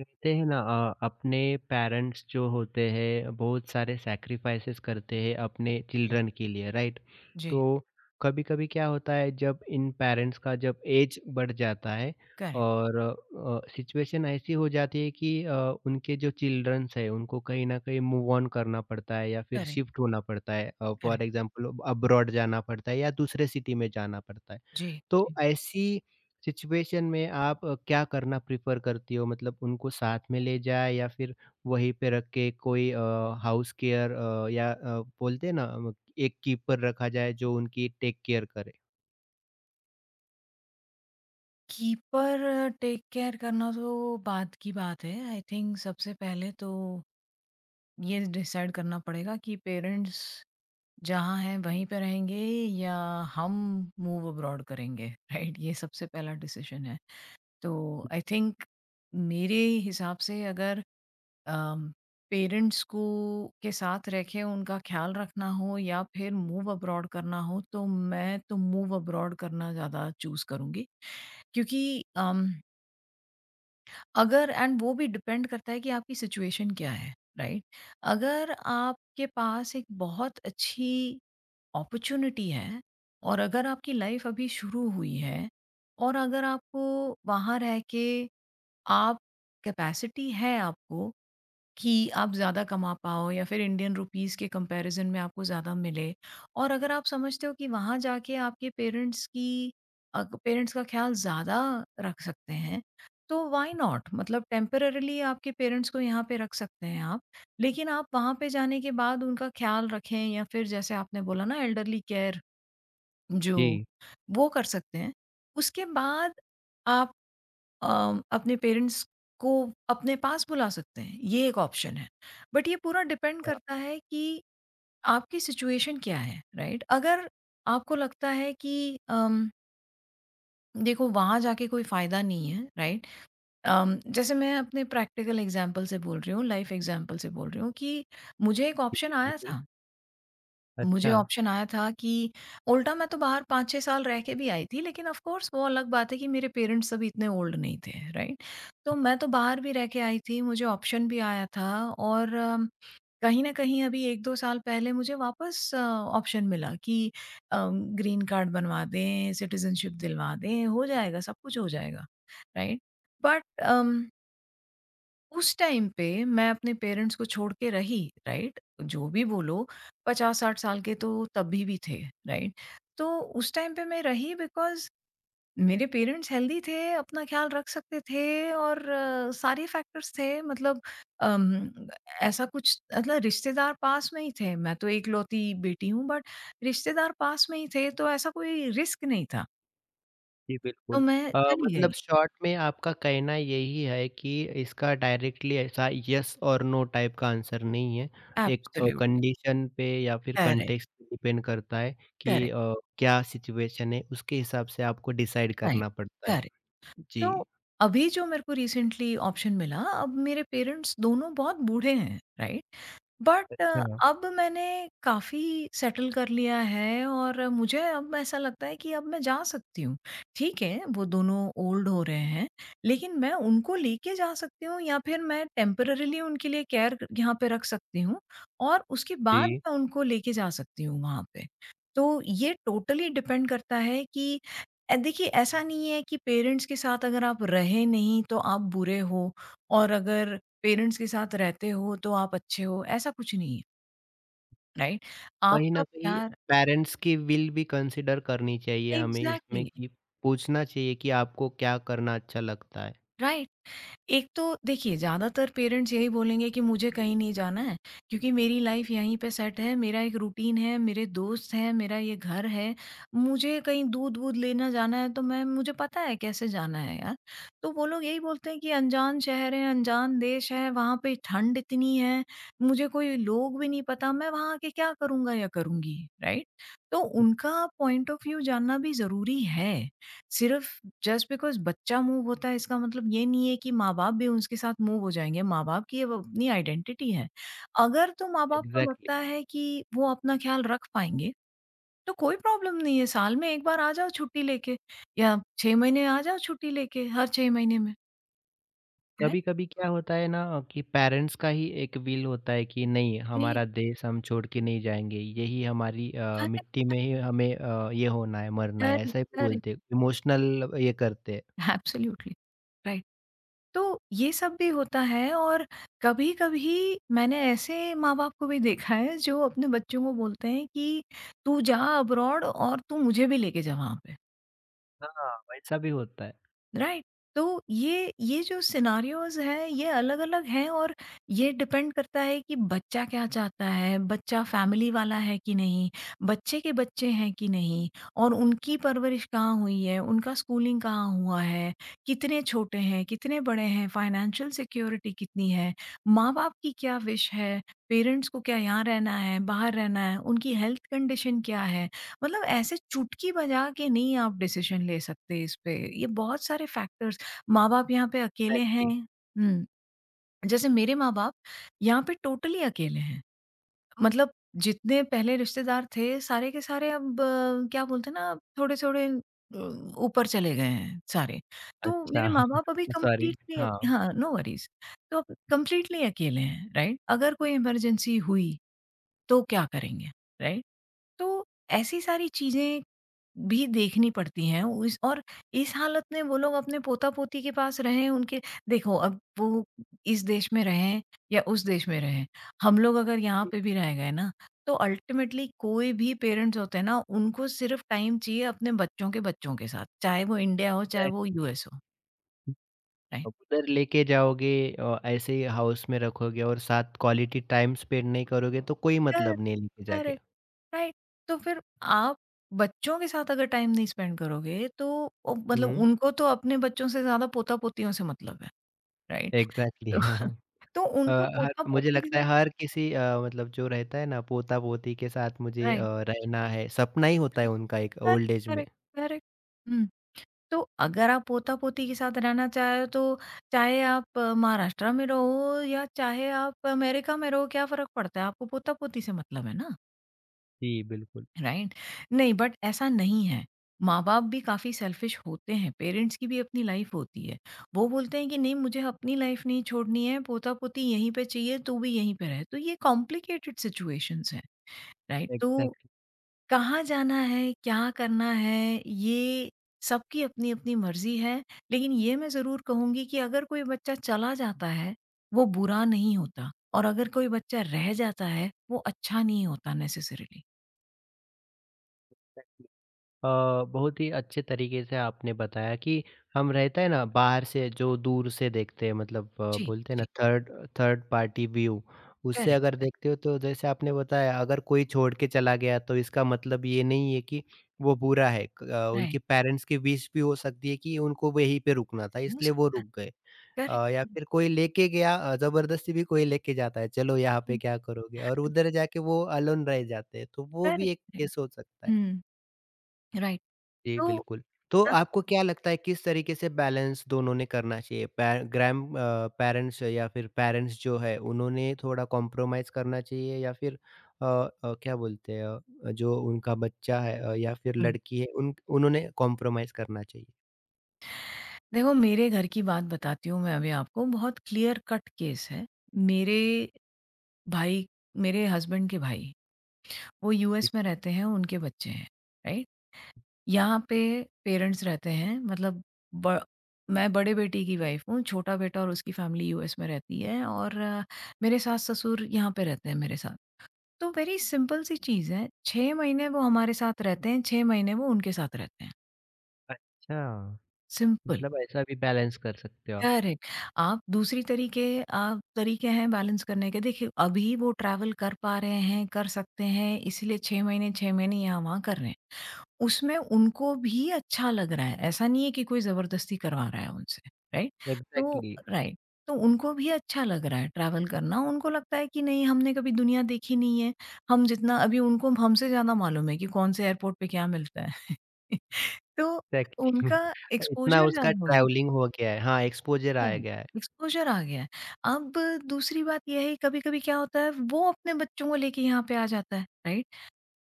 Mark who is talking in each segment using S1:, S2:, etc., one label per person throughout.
S1: कहते हैं ना अपने पेरेंट्स जो होते हैं बहुत सारे सैक्रिफाइसेस करते हैं अपने
S2: जी।
S1: चिल्ड्रन के लिए राइट।
S2: जी,
S1: तो कभी कभी क्या होता है जब इन पेरेंट्स का जब एज बढ़ जाता है
S2: करेक्ट,
S1: और सिचुएशन ऐसी हो जाती है कि उनके जो चिल्ड्रन्स है उनको कहीं ना कहीं मूव ऑन करना पड़ता है या फिर
S2: करेक्ट,
S1: शिफ्ट होना पड़ता है। For
S2: correct.
S1: एग्जांपल अब्रॉड जाना पड़ता है या दूसरे सिटी में जाना पड़ता है।
S2: जी,
S1: तो
S2: जी।
S1: ऐसी सिचुएशन में आप क्या करना प्रेफ़र करती हो? मतलब उनको साथ में ले जाए या फिर वहीं पे रख के कोई हाउस केयर या बोलते हैं ना एक कीपर रखा जाए जो उनकी टेक केयर करे?
S2: कीपर टेक केयर करना तो बात की बात है। आई थिंक सबसे पहले तो ये डिसाइड करना पड़ेगा कि पेरेंट्स जहाँ हैं वहीं पे रहेंगे या हम मूव अब्रॉड करेंगे, राइट? ये सबसे पहला डिसीज़न है। तो आई थिंक मेरे हिसाब से अगर पेरेंट्स को के साथ रह के उनका ख्याल रखना हो या फिर मूव अब्रॉड करना हो तो मैं तो मूव अब्रॉड करना ज़्यादा चूज़ करूँगी। क्योंकि अगर एंड वो भी डिपेंड करता है कि आपकी सिचुएशन क्या है, राइट? अगर आपके पास एक बहुत अच्छी अपॉर्च्युनिटी है और अगर आपकी लाइफ़ अभी शुरू हुई है और अगर आपको वहाँ रह के आप कैपेसिटी है आपको कि आप ज़्यादा कमा पाओ या फिर इंडियन रुपीस के कंपैरिज़न में आपको ज़्यादा मिले। और अगर आप समझते हो कि वहाँ जाके आपके पेरेंट्स का ख़्याल ज़्यादा रख सकते हैं, तो व्हाई नॉट? मतलब टेम्परेरीली आपके पेरेंट्स को यहाँ पे रख सकते हैं आप। लेकिन आप वहाँ पे जाने के बाद उनका ख़्याल रखें या फिर जैसे आपने बोला ना एल्डरली केयर जो,
S1: जी।
S2: वो कर सकते हैं। उसके बाद अपने पेरेंट्स को अपने पास बुला सकते हैं, ये एक ऑप्शन है। बट ये पूरा डिपेंड
S1: हाँ।
S2: करता है कि आपकी सिचुएशन क्या है, राइट? अगर आपको लगता है कि देखो वहाँ जाके कोई फ़ायदा नहीं है, राइट? जैसे मैं अपने प्रैक्टिकल एग्ज़ाम्पल से बोल रही हूँ, लाइफ़ एग्ज़ाम्पल से बोल रही हूँ कि मुझे एक
S1: जी,
S2: ऑप्शन आया
S1: बिल्कुल।
S2: था। मुझे
S1: अच्छा।
S2: ऑप्शन आया था कि उल्टा मैं तो बाहर 5-6 साल रह के भी आई थी, लेकिन ऑफ़ कोर्स वो अलग बात है कि मेरे पेरेंट्स अभी इतने ओल्ड नहीं थे, राइट? तो मैं तो बाहर भी रह के आई थी, मुझे ऑप्शन भी आया था और कहीं न कहीं अभी 1-2 साल पहले मुझे वापस ऑप्शन मिला कि अ, ग्रीन कार्ड बनवा दें, सिटीज़नशिप दिलवा दें, हो जाएगा, सब कुछ हो जाएगा, राइट? बट अम उस टाइम पे मैं अपने पेरेंट्स को छोड़ के रही, राइट? जो भी बोलो 50-60 साल के तो तभी भी थे, राइट? तो उस टाइम पे मैं रही बिकॉज़ मेरे पेरेंट्स हेल्दी थे, अपना ख़्याल रख सकते थे और सारे फैक्टर्स थे मतलब अम, ऐसा कुछ मतलब रिश्तेदार पास में ही थे, मैं तो एकलौती बेटी हूँ बट रिश्तेदार पास में ही थे तो ऐसा कोई रिस्क नहीं था,
S1: जी,
S2: तो
S1: बिल्कुल।
S2: मैं चली गई।
S1: मतलब शॉर्ट में आपका कहना यही है कि इसका डायरेक्टली ऐसा येस और नो टाइप का आंसर नहीं है। एक
S2: एब्सोल्युटली,
S1: कंडीशन पे या फिर
S2: करेक्ट,
S1: कॉन्टेक्स्ट पे डिपेंड करता है कि
S2: करेक्ट,
S1: क्या सिचुएशन है, उसके हिसाब से आपको डिसाइड
S2: राइट,
S1: करना पड़ता है।
S2: करेक्ट। तो
S1: जी,
S2: अभी जो मेरे को रिसेंटली ऑप्शन मिला, अब मेरे पेरेंट्स दोनों बहुत बूढ़े हैं, राइट? बट
S1: अच्छा।
S2: अब मैंने काफ़ी सेटल कर लिया है और मुझे अब ऐसा लगता है कि अब मैं जा सकती हूँ। ठीक है, वो दोनों ओल्ड हो रहे हैं, लेकिन मैं उनको लेके जा सकती हूँ या फिर मैं टेम्परेरीली उनके लिए केयर यहाँ पे रख सकती हूँ और उसके बाद
S1: जी,
S2: मैं उनको लेके जा सकती हूँ वहाँ पे। तो ये टोटली डिपेंड करता है कि देखिए ऐसा नहीं है कि पेरेंट्स के साथ अगर आप रहे नहीं तो आप बुरे हो और अगर पेरेंट्स के साथ रहते हो तो आप अच्छे हो, ऐसा कुछ नहीं है, राइट?
S1: कहीं
S2: आपका
S1: न कहीं
S2: प्यार
S1: पेरेंट्स की विल भी कंसीडर करनी चाहिए हमें इसमें
S2: एग्ज़ैक्टली,
S1: कि पूछना चाहिए कि आपको क्या करना अच्छा लगता है।
S2: राइट। एक तो देखिए ज़्यादातर पेरेंट्स यही बोलेंगे कि मुझे कहीं नहीं जाना है क्योंकि मेरी लाइफ यहीं पे सेट है, मेरा एक रूटीन है, मेरे दोस्त हैं, मेरा ये घर है। मुझे कहीं दूध-वूध लेना जाना है तो मैं मुझे पता है कैसे जाना है यार। तो वो लोग यही बोलते हैं कि अनजान शहर है, अनजान देश है, वहाँ पे ठंड इतनी है, मुझे कोई लोग भी नहीं पता, मैं वहाँ आके क्या करूँगा या करूँगी, राइट? तो उनका पॉइंट ऑफ व्यू जानना भी ज़रूरी है। सिर्फ जस्ट बिकॉज़ बच्चा मूव होता है इसका मतलब ये नहीं है कि माँ-बाप भी उसके साथ मूव हो जाएँगे, माँ-बाप की अब अपनी आइडेंटिटी है। अगर तो माँ-बाप को
S1: एग्ज़ैक्टली।
S2: लगता है कि वो अपना ख़्याल रख पाएँगे, तो कोई प्रॉब्लम नहीं है, साल में 1 बार आ जाओ छुट्टी लेके या 6 महीने आ जाओ छुट्टी लेके हर 6 महीने में, है?
S1: कभी-कभी क्या होता है ना कि पेरेंट्स का ही एक विल होता है कि नहीं
S2: जी,
S1: हमारा देश हम छोड़ के नहीं जाएँगे, यही हमारी
S2: करेक्ट,
S1: मिट्टी में ही हमें ये होना है, मरना है,
S2: करेक्ट,
S1: ऐसा ही
S2: करेक्ट।
S1: बोलते हैं, इमोशनल ये करते हैं।
S2: Absolutely, right. तो ये सब भी होता है और कभी-कभी मैंने ऐसे माँ-बाप को भी देखा है जो अपने बच्चों को बोलते हैं कि, "तू जा अब्रॉड और तू मुझे भी लेके जा वहाँ पे।"
S1: हाँ, वैसा भी होता है।
S2: राइट, तो ये जो सिनारियोज हैं ये अलग अलग हैं और ये डिपेंड करता है कि बच्चा क्या चाहता है, बच्चा फैमिली वाला है कि नहीं, बच्चे के बच्चे हैं कि नहीं, और उनकी परवरिश कहाँ हुई है, उनका स्कूलिंग कहाँ हुआ है, कितने छोटे हैं, कितने बड़े हैं, फाइनेंशियल सिक्योरिटी कितनी है, माँ बाप की क्या विश है, पेरेंट्स को क्या यहाँ रहना है बाहर रहना है, उनकी हेल्थ कंडीशन क्या है। मतलब ऐसे चुटकी बजा के नहीं आप डिसीज़न ले सकते इस पे, ये बहुत सारे फैक्टर्स। माँ-बाप यहाँ पे अकेले हैं।
S1: एग्ज़ैक्टली।
S2: हुँ, जैसे मेरे माँ-बाप यहाँ पे टोटली अकेले हैं। मतलब जितने पहले रिश्तेदार थे, सारे के सारे अब क्या बोलते हैं ना, थोड़े-थोड़े ऊपर चले गए हैं सारे। तो
S1: अच्छा
S2: मेरे माँ-बाप अभी
S1: सॉरी
S2: कंप्लीटली
S1: हाँ।
S2: हाँ, नो वरीज़। तो अब कंप्लीटली अकेले हैं, राइट? अगर कोई इमरजेंसी हुई, तो क्या करेंगे, राइट? तो ऐसी सारी चीज़ें भी देखनी पड़ती हैं। वो इस और इस हालत में वो लोग अपने पोता-पोती के पास रहें उनके, देखो अब वो इस देश में रहें या उस देश में रहें, हम लोग अगर यहाँ पे भी रह गए ना, तो अल्टीमेटली कोई भी पेरेंट्स होते हैं ना, उनको सिर्फ टाइम चाहिए अपने बच्चों के साथ, चाहे वो इंडिया हो, चाहे वो
S1: एग्ज़ैक्टली।
S2: यूएस हो, राइट?
S1: अब उधर लेके जाओगे, ऐसे ही हाउस में रखोगे और साथ क्वालिटी टाइम स्पेंड नहीं करोगे तो कोई मतलब नहीं
S2: करेक्ट,
S1: लेके जाके।
S2: Correct, right. तो फिर आप बच्चों के साथ अगर टाइम नहीं स्पेंड करोगे तो ओ मतलब
S1: हुँ,
S2: उनको तो अपने बच्चों से ज़्यादा पोता-पोतियों से मतलब है, राइट?
S1: एग्ज़ैक्टली
S2: तो
S1: हाँ।
S2: तो
S1: अ,
S2: उनको
S1: हर मुझे
S2: पोता-पोती के
S1: लगता है
S2: साथ
S1: हर किसी जो रहता है ना पोता-पोती के साथ मुझे
S2: राइट।
S1: रहना है, सपना ही होता है उनका एक
S2: करेक्ट,
S1: ओल्ड एज में।
S2: Correct, correct. हुँ। तो अगर आप पोता-पोती के साथ रहना चाहे तो चाहे आप महाराष्ट्र में रहो या चाहे आप अमेरिका में रहो, क्या फ़र्क पड़ता है? आपको पोता-पोती से मतलब है ना,
S1: जी, बिल्कुल।
S2: राइट? नहीं, बट ऐसा नहीं है। माँ-बाप भी काफ़ी सेल्फिश होते हैं, पेरेंट्स की भी अपनी लाइफ़ होती है। वो बोलते हैं कि नहीं मुझे अपनी लाइफ़ नहीं छोड़नी है, पोता-पोती यहीं पे चाहिए, तू भी यहीं पे रह। तो ये कॉम्प्लिकेटेड सिचुएशंस हैं, राइट? तो
S1: एग्ज़ैक्टली।
S2: कहाँ जाना है, क्या करना है, ये सबकी अपनी-अपनी मर्ज़ी है। लेकिन ये मैं ज़रूर कहूँगी कि अगर कोई बच्चा चला जाता है, वो बुरा नहीं होता, और अगर कोई बच्चा रह जाता है, वो अच्छा नहीं होता नेसेसरीली।
S1: अ, बहुत ही अच्छे तरीके से आपने बताया कि हम रहता है ना बाहर से जो दूर से देखते हैं मतलब
S2: जी,
S1: बोलते हैं ना
S2: जी।
S1: Third third party view. उससे
S2: करेक्ट,
S1: अगर
S2: करेक्ट,
S1: देखते हो तो जैसे आपने बताया अगर कोई छोड़ के चला गया तो इसका मतलब ये नहीं है कि वो बुरा है।
S2: राइट।
S1: उनके पेरेंट्स की विश भी हो सकती है कि उनको वहीं पे रुकना था
S2: हो
S1: इसलिए वो
S2: सकता है।
S1: रुक गए।
S2: करेक्ट,
S1: या
S2: करेक्ट,
S1: फिर कोई लेके गया, जबरदस्ती भी कोई लेके जाता है चलो यहाँ पे
S2: जी।
S1: क्या करोगे और उधर जाके वो अलोन रह जाते हैं तो वो भी
S2: करेक्ट,
S1: एक
S2: करेक्ट।
S1: केस हो सकता है।
S2: हुँ, राइट।
S1: जी,
S2: तो
S1: बिल्कुल। तो
S2: आप
S1: आपको क्या लगता है किस तरीके से बैलेंस दोनों ने करना चाहिए? पेरेंट्स या फिर पेरेंट्स जो है उन्होंने थोड़ा कॉम्प्रोमाइज़ करना चाहिए या फिर क्या बोलते हैं जो उनका बच्चा है या फिर
S2: हुँ।
S1: लड़की है उन उन्होंने कॉम्प्रोमाइज़ करना चाहिए?
S2: देखो, मेरे घर की बात बताती हूँ मैं अभी आपको, बहुत क्लियर कट केस है। मेरे भाई मेरे हस्बैंड के भाई वो
S1: जी।
S2: यूएस में रहते हैं, उनके बच्चे हैं, राइट? यहाँ पे पेरेंट्स रहते हैं। मतलब ब मैं बड़े बेटे की वाइफ़ हूँ, छोटा बेटा और उसकी फैमिली यूएस में रहती है और मेरे सास-ससुर यहाँ पे रहते हैं मेरे साथ। तो वेरी सिंपल सी चीज़ है, 6 महीने वो हमारे साथ रहते हैं, 6 महीने वो उनके साथ रहते हैं,
S1: अच्छा,
S2: सिंपल।
S1: मतलब ऐसा भी बैलेंस कर सकते हो आप।
S2: करेक्ट। आप दूसरी तरीके आप तरीके हैं बैलेंस करने के, देखिए अभी वो ट्रैवल कर पा रहे हैं, कर सकते हैं, इसलिए 6 महीने, 6 महीने यहाँ-वहाँ कर रहे हैं। उसमें उनको भी अच्छा लग रहा है, ऐसा नहीं है कि कोई ज़बरदस्ती करवा रहा है उनसे, राइट? तो
S1: एग्ज़ैक्टली,
S2: राइट, तो उनको भी अच्छा लग रहा है ट्रैवल करना, उनको लगता है कि नहीं हमने कभी दुनिया देखी नहीं है, हम जितना अभी उनको हमसे ज़्यादा मालूम है कि कौन से एयरपोर्ट पे क्या मिलता है। तो
S1: एग्ज़ैक्टली
S2: उनका
S1: इतना
S2: एक्सपोज़र
S1: उसका
S2: ज़्यादा हो गया
S1: ट्रैवलिंग हो गया है। हाँ, एक्सपोज़र आ
S2: है,
S1: गया है।
S2: एक्सपोज़र आ गया है। अब दूसरी बात ये है कभी-कभी क्या होता है वो अपने बच्चों को लेके यहाँ पे आ जाता है, राइट?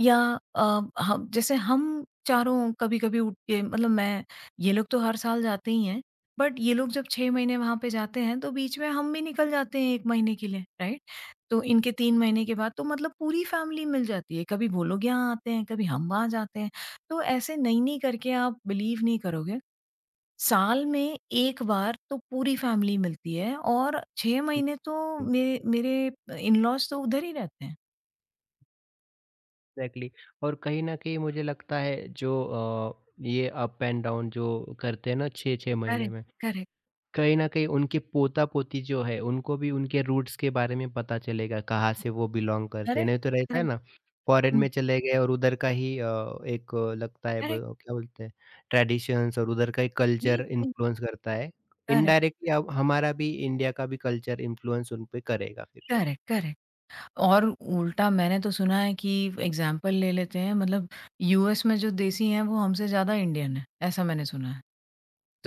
S2: या अ, हम जैसे हम चारों कभी-कभी उठ के मतलब मैं, ये लोग तो हर साल जाते ही हैं, बट ये लोग जब 6 महीने वहाँ पे जाते हैं, तो बीच में हम भी निकल जाते हैं 1 महीने के लिए, राइट? तो इनके 3 महीने के बाद तो मतलब पूरी फैमिली मिल जाती है, कभी वो लोग यहाँ आते हैं, कभी हम वहाँ जाते हैं। तो ऐसे नई-नई करके आप बिलीव नहीं करोगे, साल में 1 बार तो पूरी फैमिली मिलती है और 6 महीने तो
S1: जी।
S2: मेरे मेरे इन-लॉज़ तो उधर ही रहते हैं।
S1: Exactly exactly। और कहीं न कहीं मुझे लगता है जो ये अप एंड डाउन जो करते हैं ना 6-6 महीने
S2: करेक्ट,
S1: में,
S2: करेक्ट,
S1: कहीं न कहीं उनके पोता-पोती जो है, उनको भी उनके रूट्स के बारे में पता चलेगा, कहाँ से वो बिलॉन्ग करते हैं।
S2: करेक्ट?
S1: नहीं तो रहता है
S2: करेक्ट।
S1: ना, फॉरेन में चले गए और उधर का ही एक लगता है
S2: करेक्ट,
S1: ब क्या बोलते हैं, ट्रेडिशंस और उधर का ही
S2: नहीं
S1: कल्चर
S2: नहीं,
S1: इन्फ्लुएंस करता है।
S2: करेक्ट,
S1: इनडायरेक्टली अब हमारा भी, इंडिया का भी कल्चर इन्फ्लुएंस उन पे करेगा फिर।
S2: Correct, correct. और उल्टा मैंने तो सुना है कि एग्ज़ाम्पल ले लेते हैं मतलब यूएस में जो देसी हैं, वो हमसे ज़्यादा इंडियन हैं, ऐसा मैंने सुना है।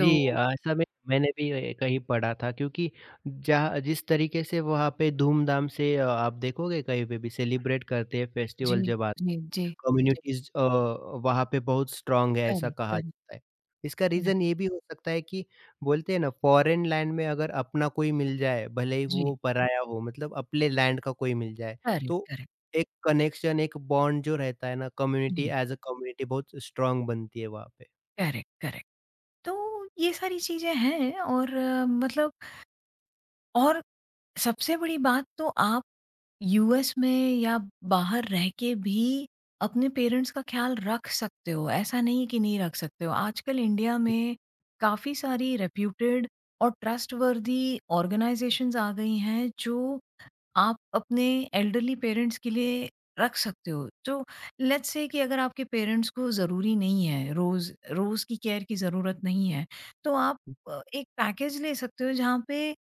S1: जी, ऐसा में मैंने भी कहीं पढ़ा था क्योंकि जहाँ जिस तरीके से वहाँ पे धूम-धाम से आप देखोगे कहीं पे भी सेलिब्रेट करते हैं
S2: जी,
S1: फेस्टिवल जब
S2: जी,
S1: आते
S2: जी, जी,
S1: कम्युनिटीज़ वहाँ पे बहुत स्ट्रॉन्ग है ऐसा
S2: करेक्ट,
S1: कहा
S2: करेक्ट,
S1: जाता है। इसका
S2: हाँ,
S1: रीज़न ये भी हो सकता है कि बोलते हैं ना फॉरेन लैंड में अगर अपना कोई मिल जाए, भले ही वो
S2: जी,
S1: पराया हो मतलब अपने लैंड का कोई मिल जाए,
S2: करेक्ट,
S1: तो
S2: करेक्ट,
S1: एक कनेक्शन, एक बॉन्ड जो रहता है ना कम्युनिटी
S2: जी,
S1: एज़ अ कम्युनिटी बहुत स्ट्रॉन्ग बनती है वहाँ पे।
S2: Correct, correct. तो ये सारी चीज़ें हैं और मतलब और सबसे बड़ी बात तो आप यूएस में या बाहर रह के भी अपने पेरेंट्स का ख्याल रख सकते हो, ऐसा नहीं है कि नहीं रख सकते हो। आजकल इंडिया में काफ़ी सारी रेप्यूटेड और ट्रस्टवर्थी ऑर्गनाइज़ेशंस आ गई हैं, जो आप अपने एल्डरली पेरेंट्स के लिए रख सकते हो। तो लेट्स से कि अगर आपके पेरेंट्स को ज़रूरी नहीं है, रोज़ रोज़ की केयर की ज़रूरत नहीं है, तो आप एक पैकेज ले सकते हो जहाँ पे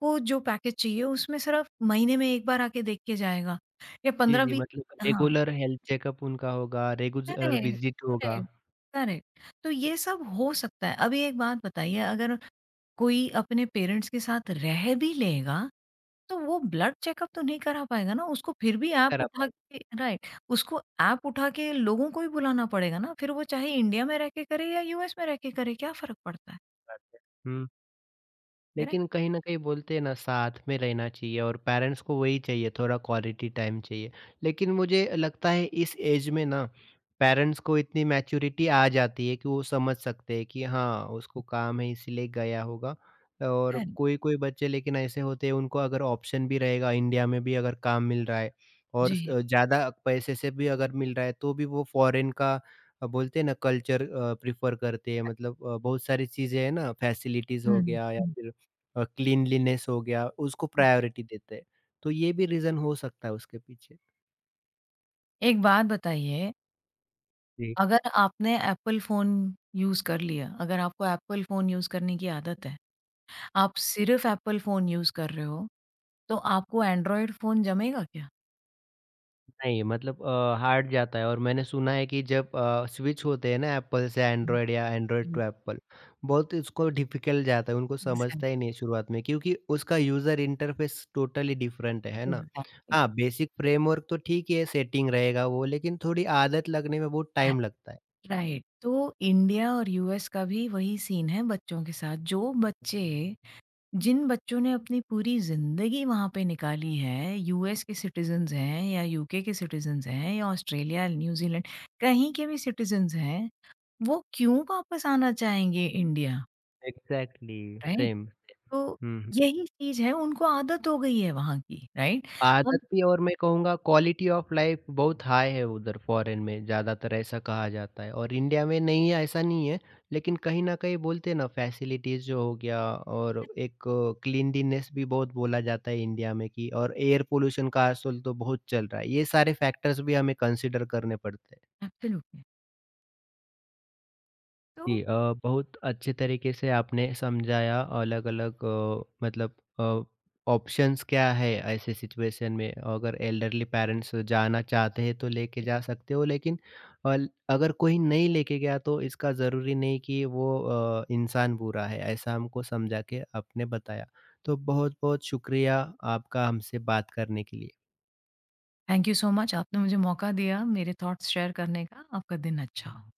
S2: को जो पैकेज चाहिए उसमें सिर्फ महीने में 1 बार आके देख के जाएगा या
S1: जी, जी,
S2: 15-20
S1: मतलब
S2: हाँ,
S1: रेगुलर हेल्थ चेकअप उनका होगा, रेगुलर
S2: करेक्ट,
S1: विजिट होगा,
S2: करेक्ट, करेक्ट। तो ये सब हो सकता है। अभी एक बात बताइए अगर कोई अपने पेरेंट्स के साथ रह भी लेगा, तो वो ब्लड चेकअप तो नहीं करा पाएगा ना, उसको फिर भी
S1: नहीं
S2: ऐप
S1: करा
S2: उठा
S1: पाएँगे
S2: के राइट, उसको ऐप उठा के लोगों को ही बुलाना पड़ेगा ना, फिर वो चाहे इंडिया में रह के करे या यूएस में रह के करे, क्या फ़र्क पड़ता है?
S1: बाद में।
S2: करेक्ट?
S1: लेकिन कहीं न कहीं बोलते हैं ना साथ में रहना चाहिए और पेरेंट्स को वही चाहिए थोड़ा क्वालिटी टाइम चाहिए। लेकिन मुझे लगता है इस एज में ना पेरेंट्स को इतनी मैच्योरिटी आ जाती है कि वो समझ सकते हैं कि हाँ, उसको काम है इसीलिए गया होगा। और
S2: करेक्ट।
S1: कोई-कोई बच्चे लेकिन ऐसे होते हैं उनको अगर ऑप्शन भी रहेगा इंडिया में भी अगर काम मिल रहा है और
S2: जी।
S1: स ज़्यादा पैसे से भी अगर मिल रहा है तो भी वो फ़ॉरेन का बोलते हैं ना कल्चर प्रेफ़र करते हैं मतलब बहुत सारी चीज़ें हैं ना फैसिलिटीज़
S2: हुँ,
S1: हो गया या
S2: हुँ,
S1: फिर क्लीनलीनेस हो गया, उसको
S2: हुँ।
S1: प्रायोरिटी देते हैं। तो ये भी रीज़न हो सकता है उसके पीछे।
S2: एक बात बताइए
S1: जी।
S2: अगर आपने एप्पल फ़ोन यूज़ कर लिया, अगर आपको एप्पल फ़ोन यूज़ करने की आदत है, आप सिर्फ़ एप्पल फ़ोन यूज़ कर रहे हो, तो आपको एंड्रॉयड फ़ोन जमेगा क्या?
S1: नहीं मतलब हार्ड जाता है और मैंने सुना है कि जब स्विच होते हैं ना एप्पल से एंड्रॉयड या एंड्रॉयड टू एप्पल, बहुत इसको डिफ़िकल्ट जाता है, उनको
S2: एग्ज़ैक्टली,
S1: समझता ही नहीं शुरुआत में क्योंकि उसका यूज़र इंटरफ़ेस टोटली डिफ़रेंट है ना?
S2: एग्ज़ैक्टली।
S1: हाँ, बेसिक फ्रेमवर्क तो ठीक ही है, सेटिंग रहेगा वो, लेकिन थोड़ी आदत लगने में बहुत
S2: रा
S1: टाइम लगता है।
S2: राइट, तो इंडिया और यूएस का भी वही सीन है बच्चों के साथ। जो बच्चे जिन बच्चों ने अपनी पूरी ज़िंदगी वहाँ पे निकाली है, यूएस के सिटिज़न्स हैं या यूके के सिटिज़न्स हैं या ऑस्ट्रेलिया, न्यूज़ीलैंड, कहीं के भी सिटिज़न्स हैं। वो क्यों वापस आना चाहेंगे इंडिया,
S1: एग्ज़ैक्टली,
S2: राइट?
S1: सेम।
S2: तो
S1: हुँ,
S2: यही चीज़ है, उनको आदत हो गई है वहाँ की, राइट? अब
S1: आदत भी और मैं कहूँगा क्वालिटी ऑफ लाइफ बहुत हाई है उधर फॉरेन में ज़्यादातर ऐसा कहा जाता है और इंडिया में नहीं है ऐसा नहीं है, लेकिन कहीं न कहीं बोलते हैं ना फैसिलिटीज़ जो हो गया और एक क्लीनलीनेस भी बहुत बोला जाता है इंडिया में कि और एयर पोल्यूशन का आजकल तो बहुत चल रहा है। ये सारे फैक्टर्स भी हमें कंसीडर करने पड़ते हैं।
S2: एब्सोल्युटली। तो
S1: जी, बहुत अच्छे तरीके से आपने समझाया अलग-अलग अ, ऑप्शंस क्या है ऐसे सिचुएशन में अगर एल्डरली पेरेंट्स जाना चाहते हैं तो लेके जा सकते हो लेकिन अल अगर कोई नहीं लेके गया तो इसका ज़रूरी नहीं कि वो इंसान बुरा है ऐसा हमको समझा के आपने बताया। तो बहुत-बहुत शुक्रिया आपका हमसे बात करने के लिए।
S2: थैंक यू सो मच आपने मुझे मौका दिया मेरे थॉट्स शेयर करने का। आपका दिन अच्छा हो।